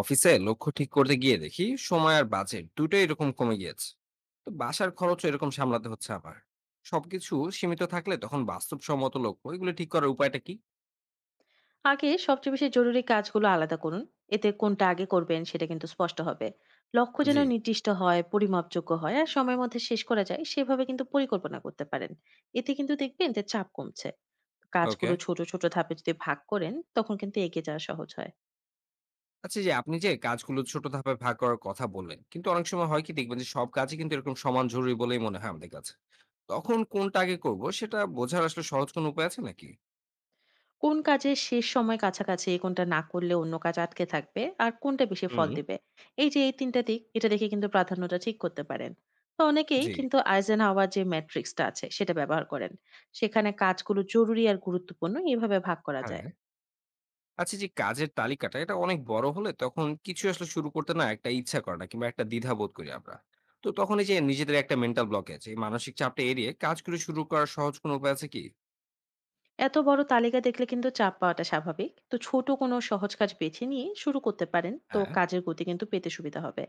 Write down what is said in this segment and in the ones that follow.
অফিসে লক্ষ্য ঠিক করতে গিয়ে দেখি সময় আর বাজেট দুটোই এরকম কমে গিয়েছে। তো বাসার খরচও এরকম সামলাতে হচ্ছে আবার। সবকিছু সীমিত থাকলে তখন বাস্তবসম্মত লক্ষ্য এগুলো ঠিক করার উপায়টা কি? আগে সবচেয়ে বেশি জরুরি কাজগুলো আলাদা করুন। এতে কোনটা আগে করবেন সেটা কিন্তু স্পষ্ট হবে। লক্ষ্য যেন জি। নির্দিষ্ট হয়, পরিমাপযোগ্য হয় আর সময়ের মধ্যে শেষ করা যায় সেভাবে কিন্তু পরিকল্পনা করতে পারেন। এতে কিন্তু দেখবেন যে চাপ কমছে। ওকে। কাজগুলো ছোট ছোট ধাপে যদি ভাগ করেন তখন কিন্তু এগিয়ে যাওয়া সহজ হয়। আচ্ছা, এই যে আপনি যে কাজগুলো ছোট ধাপে ভাগ করার কথা বললেন, কিন্তু অনেক সময় হয় কি, দেখবেন যে সব কাজই কিন্তু এরকম সমান জরুরি বলেই মনে হয় আমাদের কাছে। তখন কোনটা আগে করব সেটা বোঝার আসলে সহজ কোনো উপায় আছে নাকি? কোন কাজের শেষ সময় কাছাকাছি, কোনটা না করলে অন্য কাজ আটকে থাকবে, আর কোনটা বেশি ফল হুম। দিবে। এই যে এই ৩ টা দিক, এটা দেখে কিন্তু প্রাধান্যটা ঠিক করতে পারেন। তো অনেকেই জি। কিন্তু আইজেনহাওয়ার যে ম্যাট্রিক্সটা আছে, সেটা ব্যবহার করেন। সেখানে কাজগুলো জরুরি আর গুরুত্বপূর্ণ এভাবে ভাগ করা হ্যাঁ। যায়। আচ্ছা, যে কাজের তালিকাটা এটা অনেক বড় হলে তখন কিছু আসলে শুরু করতে না একটা ইচ্ছা করে না, কিংবা একটা দ্বিধা বোধ করি আমরা। তো তখন এই যে নিজেদের একটা মেন্টাল ব্লক আছে, এই মানসিক চাপটা এড়িয়ে কাজগুলো শুরু করার সহজ কোনো উপায় আছে কি? এত বড় তালিকা দেখলে কিন্তু চাপ পাওয়াটা স্বাভাবিক। তো ছোট কোনো সহজ কাজ বেছে নিয়ে শুরু করতে পারেন। তো হ্যাঁ। কাজের গতি কিন্তু পেতে সুবিধা হবে।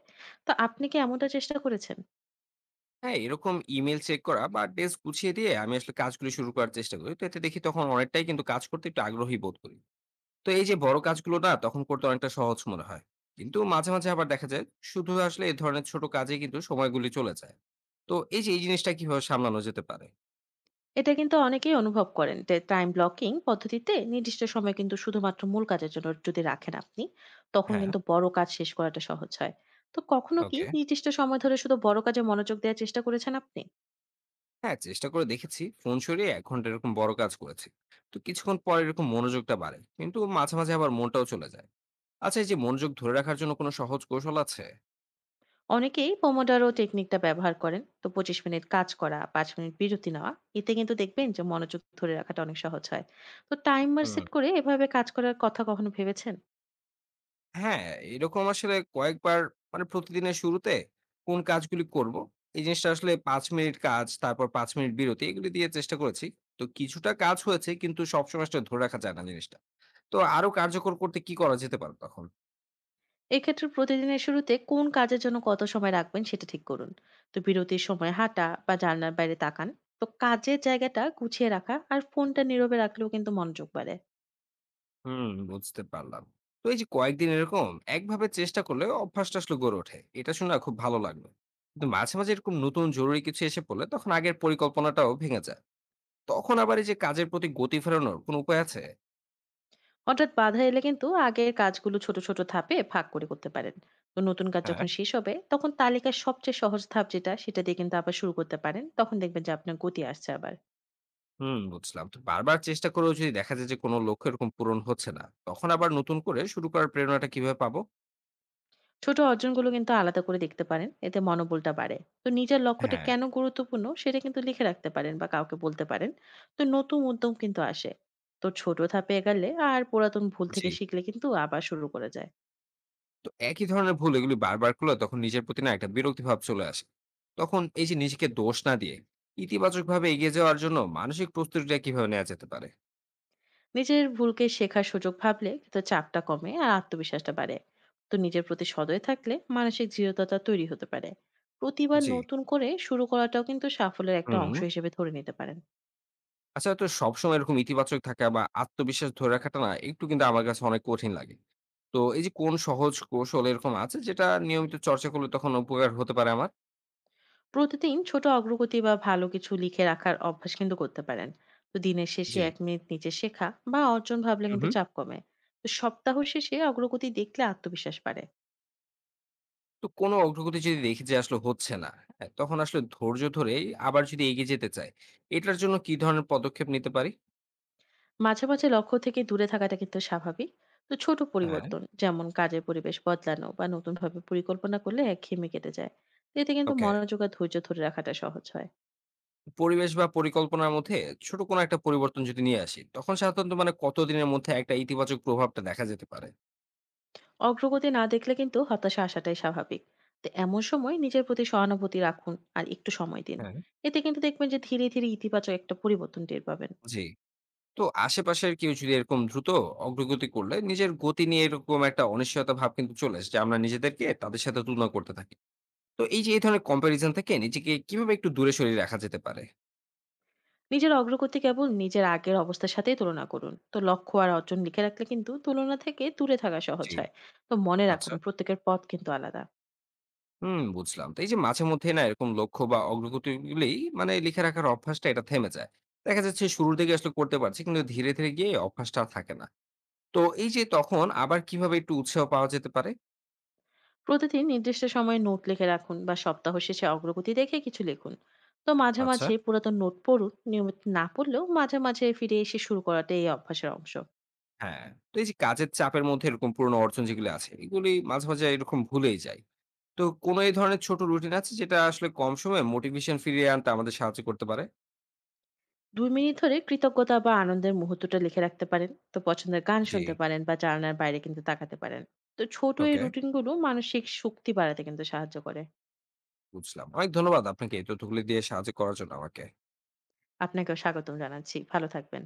তো আপনি কি এমনটা চেষ্টা করেছেন? হ্যাঁ, এরকম ইমেল চেক করা বা ডেস্ক গুছিয়ে দিয়ে আমি আসলে কাজগুলো শুরু করার চেষ্টা করি, তো এতে দেখি তখন অনেকটাই কিন্তু কাজ করতে একটু আগ্রহী বোধ করি। তো এই যে বড় কাজগুলো না তখন করতে অনেকটা সহজ মনে হয়। কিন্তু মাঝে মাঝে আবার দেখা যায়, শুধু আসলে এই ধরনের ছোট কাজে কিন্তু সময়গুলি চলে যায়। তো এই যে এই জিনিসটা কিভাবে সামলানো যেতে পারে? এটা কিন্তু অনেকেই অনুভব করেন যে টাইম ব্লকিং পদ্ধতিতে নির্দিষ্ট সময় কিন্তু শুধুমাত্র মূল কাজের জন্য যদি রাখেন আপনি, তখন হ্যাঁ। কিন্তু বড় কাজ শেষ করাটা সহজ হয়। তো কখনো কি ওকে। নির্দিষ্ট সময় ধরে শুধু বড় কাজে মনোযোগ দেওয়ার চেষ্টা করেছেন আপনি? হ্যাঁ, চেষ্টা করে দেখেছি, ফোন সরিয়ে 1 ঘন্টা এরকম বড় কাজ করেছি। তো কিছুক্ষণ পরে এরকম মনোযোগটা বাড়ে, কিন্তু মাঝে মাঝে আবার মনটাও চলে যায়। আচ্ছা, এই যে মনোযোগ ধরে রাখার জন্য কোনো সহজ কৌশল আছে? অনেকেই পোমোডারো টেকনিকটা ব্যবহার করেন। তো 25 মিনিট কাজ করা, 5 মিনিট বিরতি নেওয়া। এতে কিন্তু দেখবেন যে মনোযোগ ধরে রাখাটা অনেক সহজ হয়। তো টাইমার হুম। সেট করে এভাবে কাজ করার কথা কখনো ভেবেছেন? হ্যাঁ, এরকম আসলে কয়েকবার। মানে প্রতিদিনের শুরুতে কোন কাজগুলি করব, এই জিনিসটা আসলে 5 মিনিট কাজ তারপর 5 মিনিট বিরতি এগুলি দিয়ে চেষ্টা করেছি। তো কিছুটা কাজ হয়েছে কিন্তু সবসময় সেটা ধরে রাখা যায় না জিনিসটা। তো আরো কার্যকর করতে কি করা যেতে পারে তখন? এক্ষেত্রে প্রতিদিনের শুরুতে কোন কাজের জন্য কত সময় রাখবেন সেটা ঠিক করুন। তো বিরতির সময় হাঁটা বা জানলার বাইরে তাকান। তো কাজের জায়গাটা গুছিয়ে রাখা আর ফোনটা নীরবে রাখলেও কিন্তু মনোযোগ বাড়ে। হুম, বুঝতে পারলাম। তো এই যে কয়েকদিন এরকম একভাবে চেষ্টা করলে অভ্যাসটা আসলে গড়ে ওঠে, এটা শুনে না খুব ভালো লাগলো। কিন্তু মাঝে মাঝে এরকম নতুন জরুরি কিছু এসে পড়লে তখন আগের পরিকল্পনাটাও ভেঙে যায়। তখন আবার এই যে কাজের প্রতি গতি ফেরানোর কোনো উপায় আছে? হঠাৎ বাধা এলে কিন্তু আগের কাজগুলো ছোট ছোট ধাপে ভাগ করে করতে পারেন। তো নতুন কাজ হ্যাঁ। যখন শেষ হবে তখন তালিকার সবচেয়ে সহজ ধাপ যেটা সেটা দিয়ে কিন্তু আবার শুরু করতে পারেন। তখন দেখবেন যে আপনার গতি আসছে আবার। হুম, বুঝলাম। তো বারবার চেষ্টা করেও যদি দেখা যায় যে কোনো লক্ষ্য এরকম পূরণ হচ্ছে না, তখন আবার নতুন করে শুরু করার প্রেরণাটা কিভাবে পাবো? ছোট অর্জনগুলো কিন্তু আলাদা করে দেখতে পারেন, এতে মনোবলটা বাড়ে। তো নিজের লক্ষ্যটা হ্যাঁ। কেন গুরুত্বপূর্ণ সেটা কিন্তু লিখে রাখতে পারেন বা কাউকে বলতে পারেন। তো নতুন উদ্যম কিন্তু আসে। তো ছোট ধাপে এগালে আর পুরাতন ভুল জি। থেকে শিখলে কিন্তু আবার শুরু করা যায়। তো একই ধরনের ভুল এগুলি বারবার করলে তখন নিজের প্রতি না একটা বিরক্তি ভাব চলে আসে। তখন এই যে নিজেকে দোষ না দিয়ে ইতিবাচক ভাবে এগিয়ে যাওয়ার জন্য মানসিক প্রস্তুতিটা কিভাবে নেওয়া যেতে পারে? নিজের ভুলকে শেখার সুযোগ ভাবলে কিন্তু চাপটা কমে আর আত্মবিশ্বাসটা বাড়ে। তো নিজের প্রতি সদয় থাকলে মানসিক দৃঢ়তা তৈরি হতে পারে। প্রতিবার জি। নতুন করে শুরু করাটাও কিন্তু সাফল্যের একটা হুম। অংশ হিসেবে ধরে নিতে পারেন। আচ্ছা, তো সবসময় এরকম ইতিবাচক থাকা বা আত্মবিশ্বাস ধরে রাখাটা না একটু কিন্তু আমার কাছে অনেক কঠিন লাগে। তো এই যে কোন সহজ কৌশল এরকম আছে যেটা নিয়মিত চর্চা করলে তখন উপকার হতে পারে আমার? প্রতিদিন ছোট অগ্রগতি বা ভালো কিছু লিখে রাখার অভ্যাস কিন্তু করতে পারেন। তো দিনের শেষে জি। 1 মিনিট নিচে শেখা বা অর্জন ভাবলে কিন্তু হুম। চাপ কমে। তো সপ্তাহ শেষে অগ্রগতি দেখলে আত্মবিশ্বাস বাড়ে। তো কোনো অগ্রগতি যদি দেখি যে আসলে হচ্ছে না, হ্যাঁ, তখন আসলে ধৈর্য ধরে আবার যদি এগিয়ে যেতে চাই, এটার জন্য কি ধরনের পদক্ষেপ নিতে পারি? মাঝে মাঝে লক্ষ্য থেকে দূরে থাকাটা কিন্তু স্বাভাবিক। তো ছোট হ্যাঁ, পরিবর্তন, যেমন কাজের পরিবেশ বদলানো বা নতুন ভাবে পরিকল্পনা করলে একঘেয়েমি কেটে যায়। তো এতে কিন্তু ওকে। মনোযোগ আর ধৈর্য ধরে রাখাটা সহজ হয়। পরিবেশ বা পরিকল্পনার মধ্যে ছোট কোনো একটা পরিবর্তন যদি নিয়ে আসি, তখন সাধারণত মানে কতদিনের মধ্যে একটা ইতিবাচক প্রভাবটা দেখা যেতে পারে? অগ্রগতি না দেখলে কিন্তু হতাশা আসাটাই স্বাভাবিক। তো এমন সময় নিজের প্রতি সহানুভূতি রাখুন আর একটু সময় দিন। হ্যাঁ। এতে কিন্তু দেখবেন যে ধীরে ধীরে ইতিবাচক একটা পরিবর্তন টের পাবেন। জি। তো আশেপাশের কেউ যদি এরকম দ্রুত অগ্রগতি করলে নিজের গতি নিয়ে এরকম একটা অনিশ্চয়তা ভাব কিন্তু চলে আসে, যে আমরা নিজেদেরকে তাদের সাথে তুলনা করতে থাকি। তো এই যে এই ধরনের কম্প্যারিজন থেকে নিজেকে কিভাবে একটু দূরে সরিয়ে রাখা যেতে পারে? নিজের অগ্রগতি কেবল নিজের আগের অবস্থার সাথেই তুলনা করুন। তো লক্ষ্য আর অর্জন লিখে রাখলে কিন্তু তুলনা থেকে দূরে থাকা সহজ জি। হয়। তো মনে রাখুন, আচ্ছা। প্রত্যেকের পথ কিন্তু আলাদা। হুম, বুঝলাম। তো এই যে মাঝে মধ্যে না এরকম লক্ষ্য বা অগ্রগতিগুলি মানে লিখে রাখার অভ্যাসটা এটা থেমে যায়। দেখা যাচ্ছে শুরুর দিকে আসলে করতে পারছি কিন্তু ধীরে, ধীরে গিয়ে অভ্যাসটা আর থাকে না। তো এই যে তখন আবার কিভাবে একটু উৎসাহ পাওয়া যেতে পারে? প্রতিদিন নির্দিষ্ট সময়ে নোট লিখে রাখুন বা সপ্তাহ শেষে অগ্রগতি দেখে কিছু লিখুন। তো মাঝে আচ্ছা। মাঝে পুরাতন নোট পড়ুন। নিয়মিত না পড়লেও মাঝে মাঝে ফিরে এসে শুরু করাটা এই অভ্যাসের অংশ। হ্যাঁ, তো এই যে কাজের চাপের মধ্যে এরকম পুরনো অর্জন যেগুলো আছে এগুলি মাঝে, মাঝে এরকম ভুলেই যাই। তো কোনো এই ধরনের ছোট রুটিন আছে যেটা আসলে কম সময়ে মোটিভেশন ফিরিয়ে আনতে আমাদের সাহায্য করতে পারে? 2 মিনিট ধরে কৃতজ্ঞতা বা আনন্দের মুহূর্তটা লিখে রাখতে পারেন। তো পছন্দের গান জি, শুনতে পারেন বা জানালার বাইরে কিন্তু তাকাতে পারেন। তো ছোট এই ওকে। রুটিনগুলো মানসিক শক্তি বাড়াতে কিন্তু সাহায্য করে। বুঝলাম। অনেক ধন্যবাদ আপনাকে এই তথ্যগুলি দিয়ে সাহায্য করার জন্য আমাকে। আপনাকেও স্বাগতম জানাচ্ছি। ভালো থাকবেন।